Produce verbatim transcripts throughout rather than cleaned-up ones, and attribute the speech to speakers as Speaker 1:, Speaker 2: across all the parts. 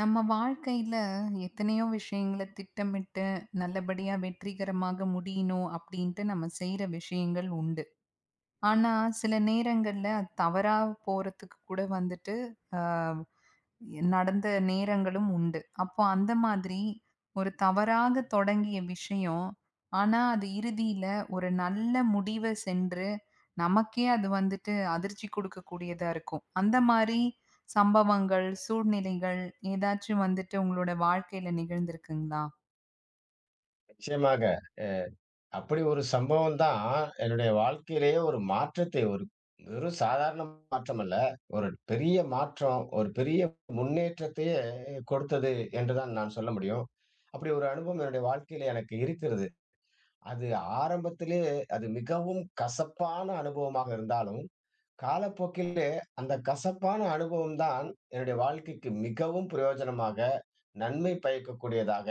Speaker 1: நம்ம வாழ்க்கையில எத்தனையோ விஷயங்கள திட்டமிட்டு நல்லபடியா வெற்றிகரமாக முடியணும் அப்படின்ட்டு நம்ம செய்யற விஷயங்கள் உண்டு. ஆனா சில நேரங்கள்ல அது தவறா போறதுக்கு கூட வந்துட்டு நடந்த நேரங்களும் உண்டு. அப்போ அந்த மாதிரி ஒரு தவறாக தொடங்கிய விஷயம், ஆனா அது இறுதியில ஒரு நல்ல முடிவ சென்று, நமக்கே அது வந்துட்டு அதிர்ச்சி குடுக்கக்கூடியதா இருக்கும். அந்த மாரி சம்பவங்கள், சூழ்நிலைகள் ஏதாச்சும் வந்துட்டு உங்களோட வாழ்க்கையில நிகழ்ந்திருக்குங்களா?
Speaker 2: நிச்சயமாக. அப்படி ஒரு சம்பவம் தான் என்னுடைய வாழ்க்கையிலேயே ஒரு மாற்றத்தை, ஒரு வெறும் சாதாரண மாற்றம் அல்ல. ஒரு பெரிய மாற்றம், ஒரு பெரிய முன்னேற்றத்தையே கொடுத்தது என்று தான் நான் சொல்ல முடியும். அப்படி ஒரு அனுபவம் என்னுடைய வாழ்க்கையில எனக்கு இருக்கிறது. அது ஆரம்பத்திலே அது மிகவும் கசப்பான அனுபவமாக இருந்தாலும், காலப்போக்கிலே அந்த கசப்பான அனுபவம் தான் என்னுடைய வாழ்க்கைக்கு மிகவும் பிரயோஜனமாக, நன்மை பயக்கக்கூடியதாக,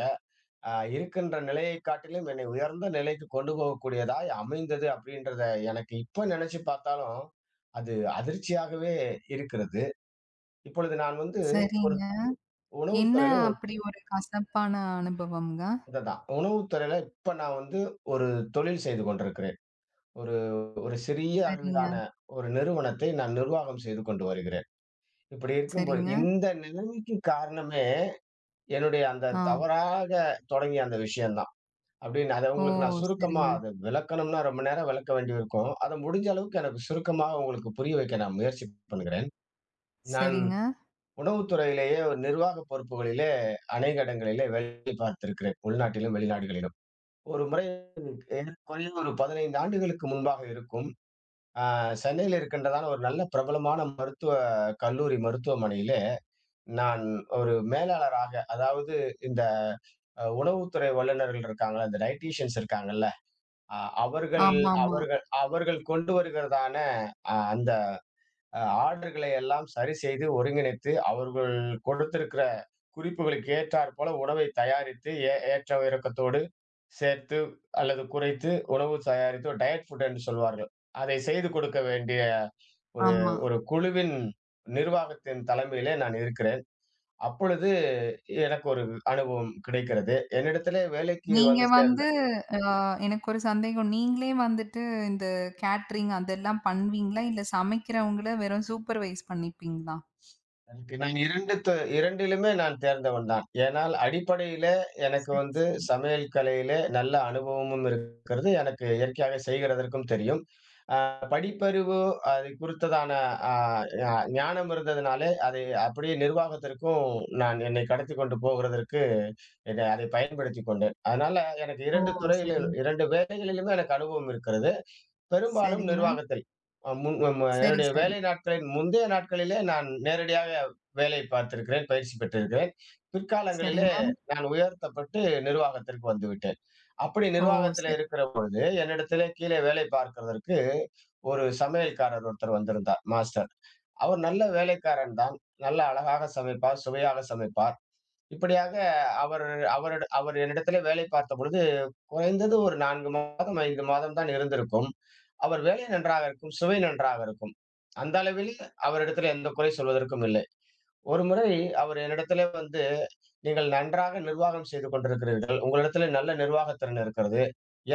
Speaker 2: அ இருக்கின்ற நிலையை காட்டிலும் என்னை உயர்ந்த நிலைக்கு கொண்டு போகக்கூடியதாய் அமைந்தது. அப்படின்றத எனக்கு இப்ப நினைச்சு பார்த்தாலும், அது அதிர்ச்சியாகவே இருக்கிறது. இப்பொழுது நான் வந்து ஒரு
Speaker 1: சரிங்க.
Speaker 2: உணவுத்
Speaker 1: என்ன
Speaker 2: துறையில ஒரு
Speaker 1: அப்படி ஒரு கசப்பான அனுபவம்ங்க?
Speaker 2: இதுதான். உணவுத் துறையில இப்ப நான் வந்து ஒரு தொழில் செய்து கொண்டிருக்கிறேன். ஒரு ஒரு சிறிய
Speaker 1: சரிங்க,
Speaker 2: அளவிலான ஒரு நிறுவனத்தை நான் நிர்வாகம் செய்து கொண்டு வருகிறேன். இப்படி இருக்கும்பொழுது
Speaker 1: சரிங்க.
Speaker 2: இந்த நிலைமைக்கு காரணமே என்னுடைய அந்த
Speaker 1: ஆ.
Speaker 2: தவறாக தொடங்கிய அந்த விஷயம் தான். அப்படின்னு அத
Speaker 1: ஓ!
Speaker 2: உங்களுக்கு நான் சுருக்கமா
Speaker 1: சரிங்க,
Speaker 2: அத விளக்கணும்னா ரொம்ப நேரம் விளக்க வேண்டியிருக்கும். அத முடிஞ்ச அளவுக்கு எனக்கு சுருக்கமா உங்களுக்கு புரிய வைக்க நான் முயற்சி பண்ணுகிறேன். நான்
Speaker 1: சரிங்க.
Speaker 2: உணவுத்துறையிலேயே ஒரு நிர்வாக பொறுப்புகளிலே அநேக இடங்களிலே வேலை பார்த்திருக்கிறேன். உள்நாட்டிலும், வெளிநாடுகளிலும். ஒரு முறை ஏறக்குறைய ஒரு பதினைந்து ஆண்டுகளுக்கு முன்பாக இருக்கும். அ சென்னையில இருக்கின்றதான ஒரு நல்ல பிரபலமான மருத்துவ கல்லூரி மருத்துவமனையிலே நான் ஒரு மேலாளராக, அதாவது இந்த அ உணவுத்துறை வல்லுநர்கள் இருக்காங்கல்ல, இந்த டயட்டீசியன்ஸ் இருக்காங்கல்ல, அ அவர்கள்
Speaker 1: ஆமாமா, ஆமா.
Speaker 2: அவர்கள் அவர்கள் கொண்டு வருகிறதான அ அந்த அ ஆர்டர்களை எல்லாம் சரி செய்து, ஒருங்கிணைத்து, அவர்கள் கொடுத்திருக்கிற குறிப்புகளுக்கு ஏற்றாற் போல உணவை தயாரித்து, ஏ ஏற்ற இறக்கத்தோடு சேர்த்து அல்லது குறைத்து உணவு தயாரித்து, ஒரு டயட் ஃபுட் என்று சொல்வார்கள். அதை செய்து கொடுக்க வேண்டிய ஒரு
Speaker 1: ஆமா.
Speaker 2: ஒரு குழுவின் நிர்வாகத்தின் தலைமையிலே நான் இருக்கிறேன். அப்பொழுது எனக்கு ஒரு அனுபவம் கிடைக்கிறது. என்னிடத்திலே வேலைக்கு
Speaker 1: நீங்க
Speaker 2: வந்து சேர்ந்த
Speaker 1: வந்து எனக்கு ஒரு சந்தேகம். நீங்களே வந்துட்டு இந்த கேட்டரிங் அதெல்லாம் பண்ணுவீங்களா? இல்ல சமைக்கிறவங்கள வெறும் சூப்பர்வைஸ் பண்ணிப்பீங்களா?
Speaker 2: நான் ரெண்டு த 2லுமே நான் தேர்ந்தவன் தான். ஏனால் அடிப்படையில எனக்கு
Speaker 1: சரி,
Speaker 2: வந்து
Speaker 1: சரி.
Speaker 2: சமையல் கலையிலே நல்ல அனுபவமும் இருக்கிறது. எனக்கு இயற்கையாக செய்கிறதற்கும் தெரியும். அ படிப்பறிவு, அது குறித்ததான அ ஞா ஞானம் இருந்ததுனாலே, அதை அப்படியே நிர்வாகத்திற்கும் நான் என்னை கடத்திக் கொண்டு போகிறதற்கு இத அதை பயன்படுத்திக் கொண்டேன். அதனால எனக்கு
Speaker 1: ஓ!
Speaker 2: ரெண்டு துறையில
Speaker 1: சரிங்க.
Speaker 2: ரெண்டு வேலைகளிலுமே எனக்கு அனுபவம் இருக்கிறது. பெரும்பாலும்
Speaker 1: சரிங்க.
Speaker 2: நிர்வாகத்தில். அ முன் ம ம-
Speaker 1: சரி,
Speaker 2: என்னுடைய
Speaker 1: சரி.
Speaker 2: வேலை நாட்களின் முந்தைய நாட்களிலே நான் நேரடியாக வேலை பார்த்திருக்கிறேன், பயிற்சி பெற்றிருக்கிறேன். பிற்காலங்களிலே
Speaker 1: சரிங்க.
Speaker 2: நான் உயர்த்தப்பட்டு நிர்வாகத்திற்கு வந்துவிட்டேன். அப்படி
Speaker 1: ஓ!
Speaker 2: நிர்வாகத்திலே
Speaker 1: சரி.
Speaker 2: இருக்கிற பொழுது, என்னிடத்திலே கீழே வேலை பார்க்கிறதற்கு ஒரு சமையல்காரர் ஒருத்தர் வந்திருந்தார், மாஸ்டர். அவர் நல்ல வேலைக்காரன் தான். நல்லா அழகாக சமைப்பார், சுவையாக சமைப்பார். இப்படியாக அவர், அவரிட அவர் என்னிடத்திலே வேலை பார்த்தபொழுது, குறைந்தது ஒரு நாலு மாதம், அஞ்சு மாதம் தான் இருந்திருக்கும். அவர் வேலை நன்றாக இருக்கும், சுவை நன்றாக இருக்கும். அந்த அளவில் அவரிடத்திலே எந்த குறை சொல்வதற்கும் இல்லை. ஒருமுறை அவர் என்னிடத்திலே வந்து, "நீங்கள் நன்றாக நிர்வாகம் செய்து கொண்டிருக்கிறீர்கள். உங்களிடத்திலே நல்ல நிர்வாகத் திறன் இருக்கிறது.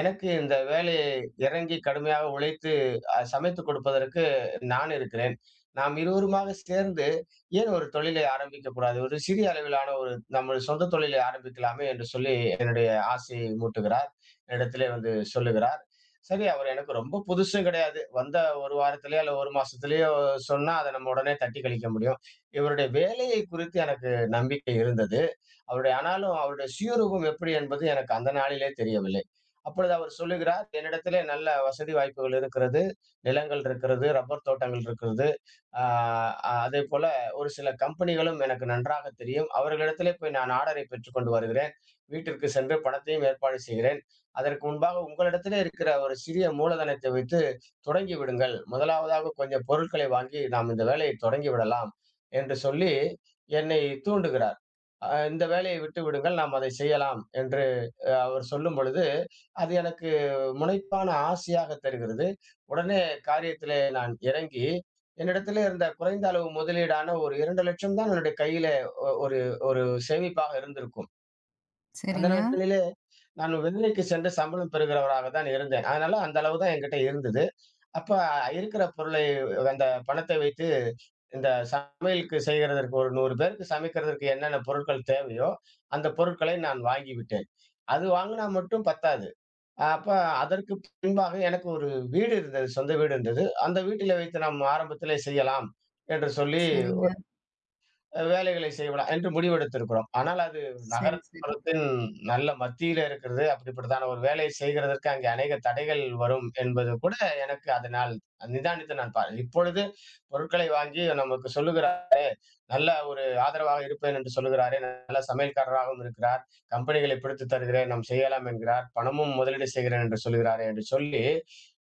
Speaker 2: எனக்கு இந்த வேலையை இறங்கி கடுமையாக உழைத்து அ சமைத்துக் கொடுப்பதற்கு நான் இருக்கிறேன். நாம் இருவருமாக சேர்ந்து ஏன் ஒரு தொழிலை ஆரம்பிக்கக் கூடாது? ஒரு சிறிய அளவிலான ஒரு நம்ம சொந்த தொழிலை ஆரம்பிக்கலாமே!" என்று சொல்லி என்னுடைய ஆசையை மூட்டுகிறார். என்னிடத்திலே வந்து சொல்லுகிறார். சரி, அவர் எனக்கு ரொம்ப புதுசும் கிடையாது. வந்த ஒரு வாரத்திலேயோ அல்ல ஒரு மாசத்திலேயோ சொன்னா, அத நம்ம உடனே தட்டி கழிக்க முடியும். இவருடைய வேலையை குறித்து எனக்கு நம்பிக்கை இருந்தது. அவருடைய, ஆனாலும் அவருடைய சுயரூபம் எப்படி என்பது எனக்கு அந்த நாளிலே தெரியவில்லை. அப்பொழுது அவர் சொல்லுகிறார், "என்னிடத்திலே நல்ல வசதி வாய்ப்புகள் இருக்கிறது. நிலங்கள் இருக்கிறது, ரப்பர் தோட்டங்கள் இருக்கிறது. ஆ அதேபோல ஒரு சில கம்பெனிகளும் எனக்கு நன்றாக தெரியும். அவர்களிடத்திலே போய் நான் ஆர்டரை பெற்றுக்கொண்டு வருகிறேன். வீட்டிற்கு சென்று பணத்தையும் ஏற்பாடு செய்கிறேன். அதற்கு முன்பாக உங்களிடத்திலே இருக்கிற ஒரு சிறிய மூலதனத்தை வைத்து தொடங்கி விடுங்கள். முதலாவதாக கொஞ்சம் பொருட்களை வாங்கி நாம் இந்த வேலையை தொடங்கி விடலாம்" என்று சொல்லி என்னை தூண்டுகிறார். அ இந்த வேலையை விட்டு விடுங்கள். நாம் அதை செய்யலாம் என்று அ அவர் சொல்லும்பொழுது, அது எனக்கு முனைப்பான ஆசையாக தெரிகிறது. உடனே காரியத்திலே நான் இறங்கி, என்னிடத்திலே இருந்த குறைந்த அளவு முதலீடான ஒரு இரண்டு லட்சம் தான் என்னுடைய கையிலே ஒ ஒரு ஒரு சேமிப்பாக இருந்திருக்கும். அந்த
Speaker 1: சரிங்க.
Speaker 2: நாட்களிலே நான் வேலைக்கு சென்று சம்பளம் பெறுகிறவராக தான் இருந்தேன். அதனால அந்த அளவு தான் என்கிட்ட இருந்தது. அப்ப இருக்கிற பொருளை, அந்த பணத்தை வைத்து, இந்த சமையலுக்கு செய்கிறதற்கு ஒரு நூறு பேருக்கு சமைக்கிறதற்கு என்னென்ன பொருட்கள் தேவையோ, அந்த பொருட்களை நான் வாங்கி விட்டேன். அது வாங்குனா மட்டும் பத்தாது. அப்ப அதற்கு பின்பாக எனக்கு ஒரு வீடு இருந்தது. சொந்த வீடு இருந்தது. அந்த வீட்டில வைத்து நாம் ஆரம்பத்திலே செய்யலாம் என்று சொல்லி,
Speaker 1: சரிங்க.
Speaker 2: வேலைகளை செய்யலாம் என்று முடிவெடுத்திருக்கிறோம். ஆனால் அது
Speaker 1: சரி, சரி.
Speaker 2: நகரப்புறத்தின் நல்ல மத்தியில இருக்கிறது. அப்படிப்பட்டதான ஒரு வேலையை செய்கிறதற்கு அங்கே அநேக தடைகள் வரும் என்பது கூட எனக்கு, அதனால் நிதானித்து நான் பா இப்பொழுது பொருட்களை வாங்கி, நமக்கு சொல்லுகிற நல்ல ஒரு ஆதரவாக இருப்பேன் என்று சொல்லுகிறாரே! நல்ல சமையல்காரராகவும் இருக்கிறார். கம்பெனிகளை பிடித்துத் தருகிறேன், நாம் செய்யலாம் என்கிறார். பணமும் முதலீடு செய்கிறேன் என்று சொல்லுகிறாரே! என்று சொல்லி,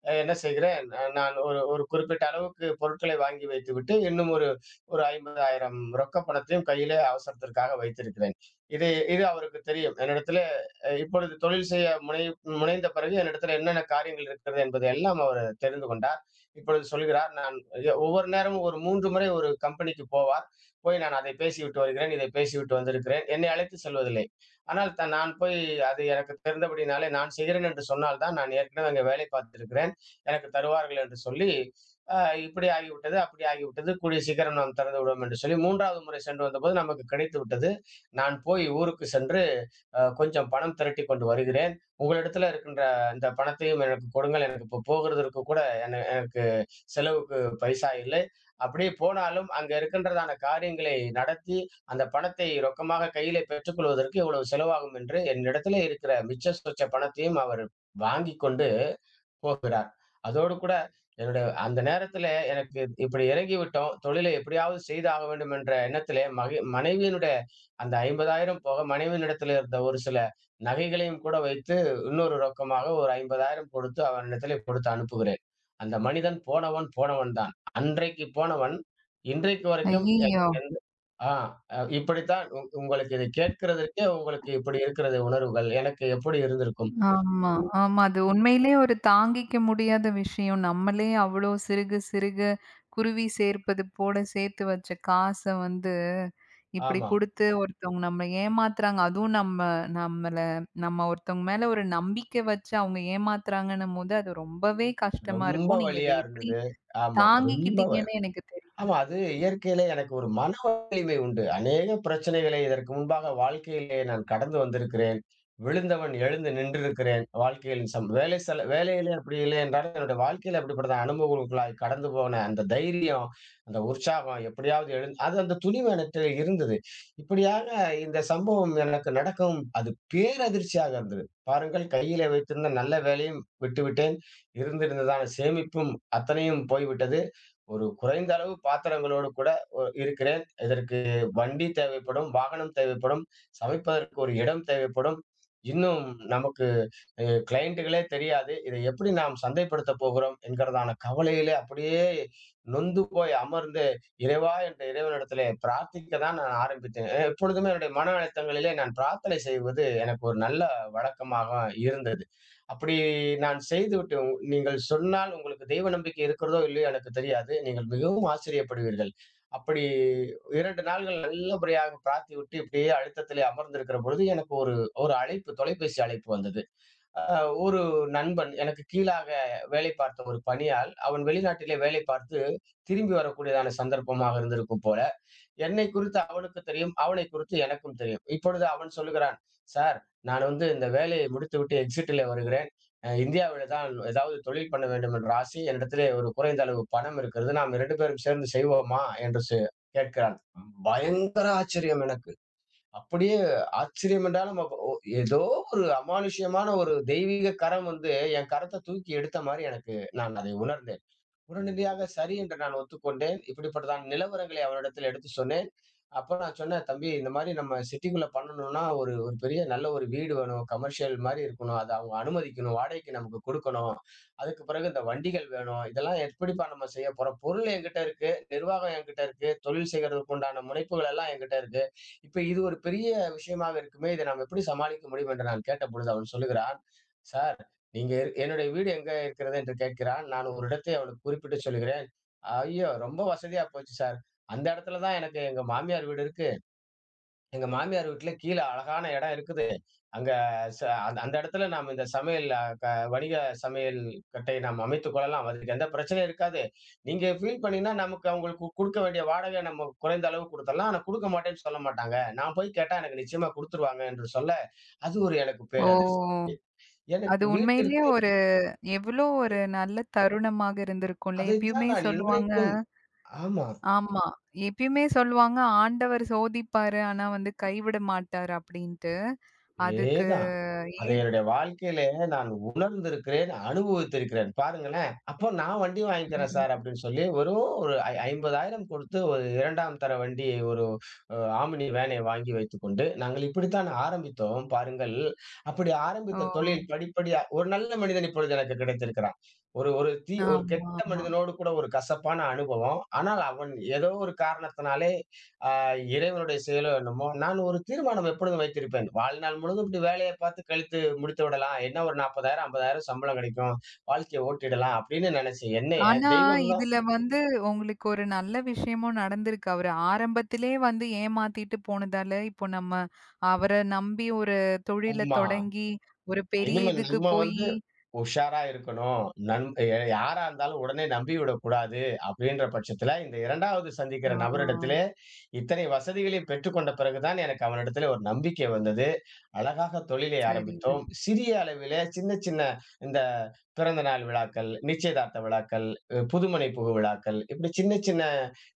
Speaker 2: அ என்ன செய்கிறேன், அ நான் ஒரு ஒரு குறிப்பிட்ட அளவுக்கு பொருட்களை வாங்கி வைத்துவிட்டு, இன்னும் ஒரு ஒரு ஐம்பதாயிரம் ரொக்கப் பணத்தையும் கையிலே அவசரத்திற்காக வைத்திருக்கிறேன். இது இது அவருக்கு தெரியும். என்னிடத்திலே அ இப்பொழுது தொழில் செய்ய முனை முனைந்த பிறகு என்னிடத்திலே என்னென்ன காரியங்கள் இருக்கிறது என்பதை எல்லாம் அவர் தெரிந்து கொண்டார். இப்பொழுது சொல்கிறார், நான் எ ஒவ்வொரு நேரமும் ஒரு மூணு முறை ஒரு கம்பெனிக்கு போவார். போய் நான் அதை பேசிவிட்டு வருகிறேன், இதை பேசிவிட்டு வந்திருக்கிறேன். என்னை அழைத்து செல்வதில்லை. ஆனால் தான் நான் போய், அது எனக்கு தெரிந்தபடினாலே நான் செய்கிறேன் என்று சொன்னால் தான், நான் ஏற்கனவே அங்கே வேலை பார்த்திருக்கிறேன், எனக்கு தருவார்கள் என்று சொல்லி, அ இப்படி ஆகிவிட்டது, அப்படி ஆகிவிட்டது. கூடிய சீக்கிரம் நாம் திறந்து விடுவோம் என்று சொல்லி மூணாவது முறை சென்று வந்தபோது நமக்கு கிடைத்து விட்டது. நான் போய் ஊருக்கு சென்று அ கொஞ்சம் பணம் திரட்டிக் கொண்டு வருகிறேன். உங்களிடத்துல இருக்கின்ற இந்த பணத்தையும் எனக்கு கொடுங்கள். எனக்கு இப்போ போகிறதற்கு கூட என எனக்கு செலவுக்கு பைசா இல்லை. அப்படியே போனாலும் அங்க இருக்கின்றதான காரியங்களை நடத்தி, அந்த பணத்தை ரொக்கமாக கையில பெற்றுக்கொள்வதற்கு இவ்வளவு செலவாகும் என்று என்னிடத்திலே இருக்கிற மிச்ச சொச்ச பணத்தையும் அவர் வாங்கிக் கொண்டு, போ அதோடு கூட என்னுடைய அந்த நேரத்திலே எனக்கு, இப்படி இறங்கிவிட்டோம், தொழிலை எப்படியாவது செய்தாக வேண்டும் என்ற எண்ணத்திலே, மகி மனைவியினுடைய அந்த ஐம்பதாயிரம் போக, மனைவியினிடத்திலே இருந்த ஒரு சில நகைகளையும் கூட வைத்து இன்னொரு ரொக்கமாக ஒரு ஐம்பதாயிரம் கொடுத்து, அவனிடத்திலே கொடுத்து அனுப்புகிறேன். அந்த மனிதன் போனவன், போனவன் தான். அன்றைக்கு போனவன், இன்றைக்கு வரைக்கும்
Speaker 1: ஐயய்யோ!
Speaker 2: எனக்கு எந்த, ஆ அ இப்படித்தான் உ உங்களுக்கு இதை கேட்கிறதற்கே உங்களுக்கு இப்படி இருக்கிறது உணர்வுகள். எனக்கு எப்படி இருந்திருக்கும்?
Speaker 1: ஆமா,
Speaker 2: ம்.
Speaker 1: ஆமா. அது உண்மையிலே ஒரு தாங்கிக்க முடியாத விஷயம். நம்மளே அவ்ளோ சிறுக சிறுக குருவி சேர்ப்பது போல சேர்த்து வச்ச காச வந்து, இப்டி
Speaker 2: ஆமா.
Speaker 1: குடுத்து ஒருத்தவங்க நம்மள ஏமாத்துறாங்க. அதுவும் நம்ம நம்மள நம்ம ஒருத்தவங்க மேல ஒரு நம்பிக்கை வச்சு அவங்க ஏமாத்துறாங்கன்னும் போது, அது ரொம்பவே கஷ்டமா
Speaker 2: ரொம்ப
Speaker 1: இருக்கும். நீங்க இத
Speaker 2: வலியா
Speaker 1: எப்டி
Speaker 2: இருந்தது. ஆமா. ரொம்ப,
Speaker 1: தாங்கிக்கிட்டீங்கன்னு எனக்கு தெரியல.
Speaker 2: ஆமா. அது இயற்கையிலே எனக்கு ஒரு மன வலிமை உண்டு. அநேக பிரச்சனைகளை இதற்கு முன்பாக வாழ்க்கையிலே நான் கடந்து வந்திருக்கிறேன். விழுந்தவன் எழுந்து நின்றிருக்கிறேன். வாழ்க்கையில் சம் வேலை செல வேலையிலே அப்படி இல்லை என்றாலும், என்னுடைய வாழ்க்கையில அப்படிப்பட்ட அனுபவங்களுக்குள்ளாய் கடந்து போன அந்த தைரியம், அந்த உற்சாகம், எப்படியாவது எழுந் அது அந்த துணிவு எனக்கு இருந்தது. இப்படியாக இந்த சம்பவம் எனக்கு நடக்கும், அது பேரதிர்ச்சியாக இருந்தது. பாருங்கள், கையிலே வைத்திருந்த நல்ல வேலையும் விட்டுவிட்டேன். இருந்திருந்ததான சேமிப்பும் அத்தனையும் போய்விட்டது. ஒரு குறைந்த அளவு பாத்திரங்களோடு கூட ஒ இருக்கிறேன். இதற்கு வண்டி தேவைப்படும், வாகனம் தேவைப்படும், சமைப்பதற்கு ஒரு இடம் தேவைப்படும். இன்னும் நமக்கு எங்க கிளையண்ட்டுகளே தெரியாது. இதை எப்படி நாம் சந்தைப்படுத்தப் போகிறோம் என்கிறதான கவலையிலே அப்படியே நொந்து போய் அமர்ந்து, இறைவா என்ற இறைவனிடத்திலே பிரார்த்திக்க தான் நான் ஆரம்பித்தேன். எ எப்பொழுதுமே என்னுடைய மன அழுத்தங்களிலே நான் பிரார்த்தனை செய்வது எனக்கு ஒரு நல்ல வழக்கமாக இருந்தது. அப்படி நான் செய்துவிட்டு, உ நீங்கள் சொன்னால் உங்களுக்கு தெய்வ நம்பிக்கை இருக்கிறதோ இல்லையோ எனக்குத் தெரியாது. நீங்கள் மிகவும் ஆச்சரியப்படுவீர்கள். அப்படி ரெண்டு நாள்கள் நல்லபடியாக பிரார்த்திவிட்டு இப்படியே அழுத்தத்திலே அமர்ந்திருக்கிற பொழுது எனக்கு ஒரு ஒரு அழைப்பு, தொலைபேசி அழைப்பு வந்தது. அ ஒரு நண்பன், எனக்கு கீழாக வேலை பார்த்த ஒரு பணியாள், அவன் வெளிநாட்டிலே வேலை பார்த்து திரும்பி வரக்கூடியதான சந்தர்ப்பமாக இருந்திருக்கும் போல. என்னை குறித்து அவனுக்கு தெரியும். அவனை குறித்து எனக்கும் தெரியும். இப்பொழுது அவன் சொல்லுகிறான், "சார், நான் வந்து இந்த வேலையை முடித்துவிட்டு எக்ஸிட்லே வருகிறேன். அ இந்தியாவில தான் ஏதாவது தொழில் பண்ண வேண்டும் என்ற ஆசை. என்னிடத்திலே ஒரு குறைந்த அளவு பணம் இருக்கிறது. நாம் ரெண்டு பேரும் சேர்ந்து செய்வோமா?" என்று செ கேட்கிறான். பயங்கர ஆச்சரியம் எனக்கு. அப்படியே ஆச்சரியம் என்றால், நம்ம ஓ ஏதோ ஒரு அமானுஷ்யமான ஒரு தெய்வீக கரம் வந்து என் கரத்த தூக்கி எடுத்த மாரி எனக்கு, நான் அதை உணர்ந்தேன். உடனடியாக சரி என்று நான் ஒத்துக்கொண்டேன். இப்படிப்பட்டதான நிலவரங்களை அவரிடத்தில் எடுத்து சொன்னேன். அப்ப நான் சொன்னேன், "தம்பி, இந்த மாரி நம்ம சிட்டிக்குள்ள பண்ணணும்னா, ஒரு ஒரு பெரிய நல்ல ஒரு வீடு வேணும். கமர்ஷியல் மாரி இருக்கணும். அத அவங்க அனுமதிக்கணும். வாடகைக்கு நமக்கு குடுக்கணும். அதுக்கு பிறகு இந்த வண்டிகள் வேணும். இதெல்லாம் எப்படிப்பா நம்ம செய்ய போறோம்? பொருள் என்கிட்ட இருக்கு. நிர்வாகம் என்கிட்ட இருக்கு. தொழில் செய்கிறதற்கு உண்டான முனைப்புகள் எல்லாம் என்கிட்ட இருக்கு. இப்ப இது ஒரு பெரிய விஷயமாக இருக்குமே! இத நாம் எப்படி சமாளிக்க முடியும்?" என்று நான் கேட்டபொழுது அவன் சொல்லுகிறான், "சார், நீங்க இரு- என்னுடைய வீடு எங்க இருக்கிறது என்று கேட்கிறான். நான் ஒரு இடத்தை அவனுக்கு குறிப்பிட்டு சொல்கிறேன். ஐயோ! ரொம்ப வசதியா போச்சு சார். அந்த இடத்துல தான் எனக்கு எங்க மாமியார் வீடு இருக்கு. எங்க மாமியார் வீட்ல கீழ அழகான இடம் இருக்குது. அங்க ச அந்த அந்த இடத்துல நாம் இந்த சமையல் அ க வணிக சமையல் கட்டை நாம் அமைத்துக் கொள்ளலாம். அதுக்கு எந்த பிரச்சனையும் இருக்காது. நீங்க ஃபீல் பண்ணீங்கன்னா நமக்கு அவங்களுக்கு குடுக்க வேண்டிய வாடகை நம்ம குறைந்த அளவு குடுத்துடலாம். ஆனா குடுக்க மாட்டேன்னு சொல்ல மாட்டாங்க. நான் போய் கேட்டா எனக்கு நிச்சயமா குடுத்துருவாங்க என்று சொல்ல, அது ஒரு எனக்கு பேரதிர்ச்சி.
Speaker 1: ஓ!
Speaker 2: எனக்கு
Speaker 1: அது உண்மையிலேயே
Speaker 2: வீட்டிற்கு
Speaker 1: ஒரு எவ்ளோ ஒரு நல்ல தருணமாக இருந்திருக்கும்ல.
Speaker 2: அதைத்தான்
Speaker 1: எப்பயுமே
Speaker 2: நான்
Speaker 1: சொல்லுவாங்க.
Speaker 2: இன்றைக்கும், ஆமா.
Speaker 1: ஆமா. எப்பயுமே சொல்லுவாங்க, "ஆண்டவர் சோதிப்பாரு, ஆனா வந்து கைவிட மாட்டாரு" அப்படின்ட்டு. அதுக்கு
Speaker 2: அதேதான். அதை
Speaker 1: ஏன்.
Speaker 2: என்னுடைய வாழ்க்கையிலே நான் உணர்ந்திருக்கிறேன், அனுபவித்திருக்கிறேன். பாருங்களேன், "அப்போ நான் வண்டி வாங்கிக்கிறேன் சார்"
Speaker 1: ம்.
Speaker 2: அப்படின்னு சொல்லி வெறும் ஒரு ஐ ஐம்பதாயிரம் கொடுத்து ஒரு ரெண்டாம் தர வண்டி, ஒரு அ ஆம்னி வேனை வாங்கி வைத்துக்கொண்டு, நாங்கள் இப்படித்தான் ஆரம்பித்தோம் பாருங்கள். அப்படி ஆரம்பித்த
Speaker 1: ஓ!
Speaker 2: தொழில், படிப்படியா ஒரு நல்ல மனிதன் இப்பொழுது எனக்கு கிடைத்திருக்கிறான். ஒரு ஒரு தீ ஒரு
Speaker 1: ஆமா,
Speaker 2: கெட்ட
Speaker 1: ஆமா.
Speaker 2: மனிதனோடு கூட ஒரு கசப்பான அனுபவம். ஆனால் அவன், ஏதோ ஒரு காரணத்தினாலே இறைவனுடைய செயலோ என்னமோ, நான் ஒரு தீர்மானம் எப்பொழுதும் வைத்திருப்பேன். வாழ்நாள் முழுதும் இப்படி வேலைய பார்த்து கழித்து முடித்து விடலாம். என்ன ஒரு நாற்பதாயிரம், ஐம்பதாயிரம் சம்பளம் கிடைக்கும். வாழ்க்கைய ஓட்டிடலாம் அப்படின்னு நினைச்சேன். என்னைய
Speaker 1: ஆனா,
Speaker 2: தெய்வம் தான்.
Speaker 1: இதுல வந்து உங்களுக்கு ஒரு நல்ல விஷயமும் நடந்திருக்கு. அவரு ஆரம்பத்திலே வந்து ஏமாத்திட்டு போனதால, இப்போ நம்ம அவர நம்பி ஒரு தொழில
Speaker 2: ஆமா.
Speaker 1: தொடங்கி, ஒரு பெரிய
Speaker 2: இனிமேல்
Speaker 1: இதுக்கு
Speaker 2: நம்ம
Speaker 1: போயி.
Speaker 2: வந்து உஷாரா இருக்கணும். நன் ய யாரா இருந்தாலும் உடனே நம்பிவிடக்கூடாது, அப்படின்ற பட்சத்தில, இந்த 2வது சந்திக்கிற நபரிடத்திலே
Speaker 1: ஆ.
Speaker 2: இத்தனை வசதிகளையும் பெற்றுக்கொண்ட பிறகு தான் எனக்கு அவனிடத்திலே ஒரு நம்பிக்கை வந்தது. அழகாக தொழிலை
Speaker 1: சரிங்க,
Speaker 2: ஆரம்பித்தோம். சிறிய அளவிலே சின்ன சின்ன இந்த பிறந்த நாள் விழாக்கள், நிச்சயதார்த்த விழாக்கள், அஹ் புதுமனை புகு விழாக்கள், இப்படி சின்ன சின்ன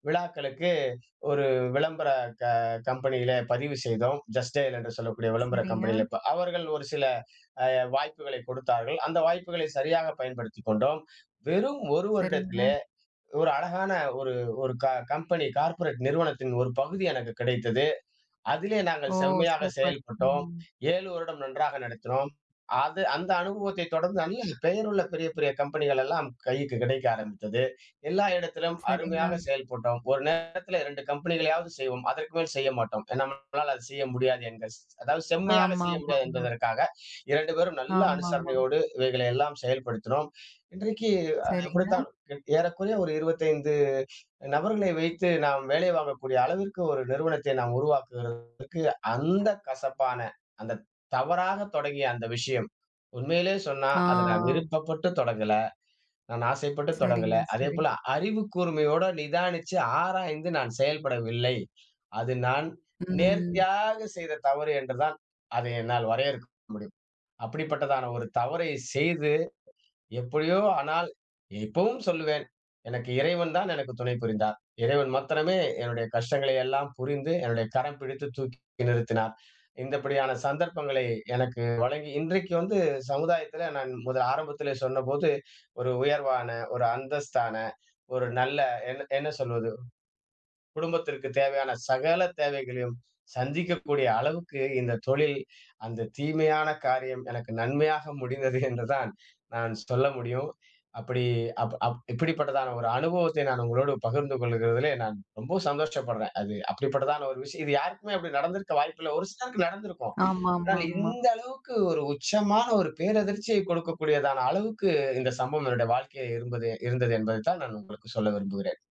Speaker 2: விழாக்களுக்கு ஒரு விளம்பர க கம்பெனியிலே பதிவு செய்தோம். ஜஸ்ட் டயல் என்று சொல்லக்கூடிய விளம்பர
Speaker 1: சரிங்க,
Speaker 2: கம்பெனியில. ப அவர்கள் ஒரு சில வாய்ப்புகளை கொடுத்தார்கள். அந்த வாய்ப்புகளை சரியாக பயன்படுத்தி கொண்டோம். வெறும் ஒரு
Speaker 1: சரிங்க.
Speaker 2: வருடத்திலே ஒரு அழகான ஒரு ஒரு க கம்பெனி கார்ப்பரேட் நிறுவனத்தின் ஒரு பகுதி எனக்கு கிடைத்தது. அதிலே நாங்கள்
Speaker 1: ஓ!
Speaker 2: செம்மையாக
Speaker 1: சூப்பர்.
Speaker 2: செயல்பட்டோம்.
Speaker 1: ம்.
Speaker 2: ஏழு வருடம் நன்றாக நடத்தினோம். அது, அந்த அனுபவத்தை தொடர்ந்து நல்ல பெயருள்ள பெரிய, பெரிய கம்பெனிகள் எல்லாம் கைக்கு கிடைக்க ஆரம்பித்தது. எல்லா இடத்திலும்
Speaker 1: சரிங்க.
Speaker 2: அருமையாக செயல்பட்டோம். ஒரு நேரத்தில ரெண்டு கம்பெனிகளையாவது செய்வோம். அதற்கு மேல் செய்ய மாட்டோம். நம்மளால அது செய்ய முடியாது என்க அதாவது செம்மையாக செய்ய முடியாது
Speaker 1: ஆமாமாமா.
Speaker 2: என்பதற்காக, ரெண்டு பேரும் நல்ல
Speaker 1: ஆமாமா.
Speaker 2: அனுசரணையோடு இவைகளை எல்லாம் செயல்படுத்தினோம். இன்றைக்கு அ
Speaker 1: சரிங்க.
Speaker 2: இப்படித்தான் ஏறக்குறைய ஒரு இருபத்தி ஐந்து நபர்களை வைத்து நாம் வேலை வாங்கக்கூடிய அளவிற்கு ஒரு நிறுவனத்தை நாம் உருவாக்குகிறதுக்கு, அந்த கசப்பான, அந்த தவறாக தொடங்கிய அந்த விஷயம், உண்மையிலே சொன்னா,
Speaker 1: ஆ.
Speaker 2: அத நான் விருப்பப்பட்டு தொடங்கல. நான் ஆசைப்பட்டு தொடங்கல.
Speaker 1: சரிங்க, சரி.
Speaker 2: அதேபோல அறிவு கூர்மையோட நிதானிச்சு ஆராய்ந்து நான் செயல்படவில்லை. அது நான்
Speaker 1: ம்.
Speaker 2: நேர்த்தியாக செய்த தவறு என்று தான் அதை என்னால் வரையறுக்க முடியும். அப்படிப்பட்டதான ஒரு தவறை செய்து எப்படியோ, ஆனால் இப்பவும் சொல்லுவேன், எனக்கு இறைவன் தான் எனக்கு துணை புரிந்தார். இறைவன் மாத்திரமே என்னுடைய கஷ்டங்களை எல்லாம் புரிந்து, என்னுடைய கரம் பிடித்து தூக்கி நிறுத்தினார். இந்தப்படியான சந்தர்ப்பங்களை எனக்கு வழங்கி இன்றைக்கு வந்து சமுதாயத்தில நான் முதல் ஆரம்பத்திலே சொன்னபோது, ஒரு உயர்வான, ஒரு அந்தஸ்தான, ஒரு நல்ல என்ன என்ன சொல்வது, குடும்பத்திற்கு தேவையான சகல தேவைகளையும் சந்திக்கக்கூடிய அளவுக்கு இந்த தொழில், அந்த தீமையான காரியம் எனக்கு நன்மையாக முடிந்தது என்றுதான் நான் சொல்ல முடியும். அப்படி அப் அப் இப்படிப்பட்டதான ஒரு அனுபவத்தை நான் உங்களோடு பகிர்ந்து கொள்கிறதிலே நான் ரொம்ப சந்தோஷப்படுறேன். அது அப்படிப்பட்டதான ஒரு விஷயம். இது யாருக்குமே அப்படி நடந்திருக்க வாய்ப்பில்ல. ஒரு சிலருக்கு நடந்திருக்கும். ஆனால்
Speaker 1: ஆமாமாமா.
Speaker 2: இந்த அளவுக்கு ஒரு உச்சமான ஒரு பேரதிர்ச்சியை கொடுக்கக்கூடியதான அளவுக்கு இந்த சம்பவம் என்னுடைய வாழ்க்கையில இருந்தது இருந்தது என்பதைத்தான் நான் உங்களுக்கு சொல்ல விரும்புகிறேன்.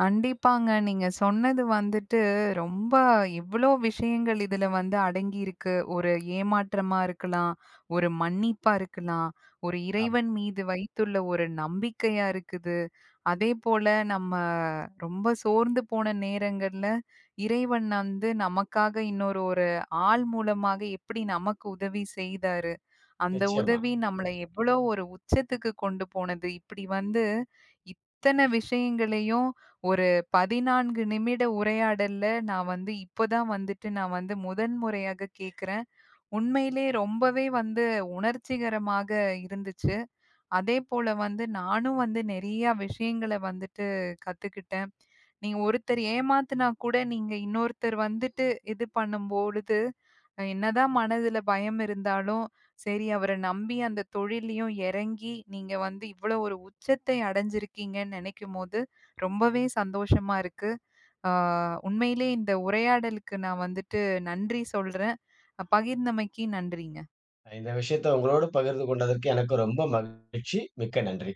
Speaker 1: கண்டிப்பாங்க. நீங்க சொன்னது வந்துட்டு ரொம்ப எவ்ளோ விஷயங்கள் இதுல வந்து அடங்கியிருக்கு. ஒரு ஏமாற்றமா இருக்கலாம், ஒரு மன்னிப்பா இருக்கலாம், ஒரு
Speaker 2: ஆமா.
Speaker 1: இறைவன் மீது வைத்துள்ள ஒரு நம்பிக்கையா இருக்குது. அதேபோல நம்ம ரொம்ப சோர்ந்து போன நேரங்கள்ல, இறைவன் வந்து நமக்காக இன்னொரு ஒரு ஆள் மூலமாக எப்படி நமக்கு உதவி செய்தாரு. அந்த
Speaker 2: நிச்சயமா.
Speaker 1: உதவி நம்மள எவ்ளோ ஒரு உச்சத்துக்கு கொண்டு போனது. இப்படி வந்து இத்தன விஷயங்களையும் ஒரு பதினான்கு நிமிட உரையாடல்ல நான் வந்து இப்ப தான் வந்துட்டு நான் வந்து முதன் முறையாக கேட்கிறேன். உண்மையிலே ரொம்பவே வந்து உணர்ச்சிகரமாக இருந்துச்சு. அதேபோல வந்து நானும் வந்து நெறையா விஷயங்கள வந்துட்டு கத்துக்கிட்டேன். நீங்க ஒருத்தர் ஏமாத்துனா கூட நீங்க இன்னொருத்தர் வந்துட்டு இது பண்ணும்பொழுது, அஹ் என்னதான் மனதுல பயம் இருந்தாலும், சரி அவர நம்பி அந்த தொழில்லயும் இறங்கி, நீங்க வந்து இவ்வளோ ஒரு உச்சத்தை அடைஞ்சிருக்கீங்கன்னு நெனைக்கும்போது, ரொம்பவே சந்தோஷமா இருக்கு. ஆ. உண்மையிலே இந்த உரையாடலுக்கு நான் வந்துட்டு நன்றி சொல்றேன். அஹ் பகிர்ந்தமைக்கு நன்றிங்க.
Speaker 2: இந்த விஷயத்த உங்களோடு பகிர்ந்து கொண்டதற்கு எனக்கு ரொம்ப மகிழ்ச்சி. மிக்க நன்றி.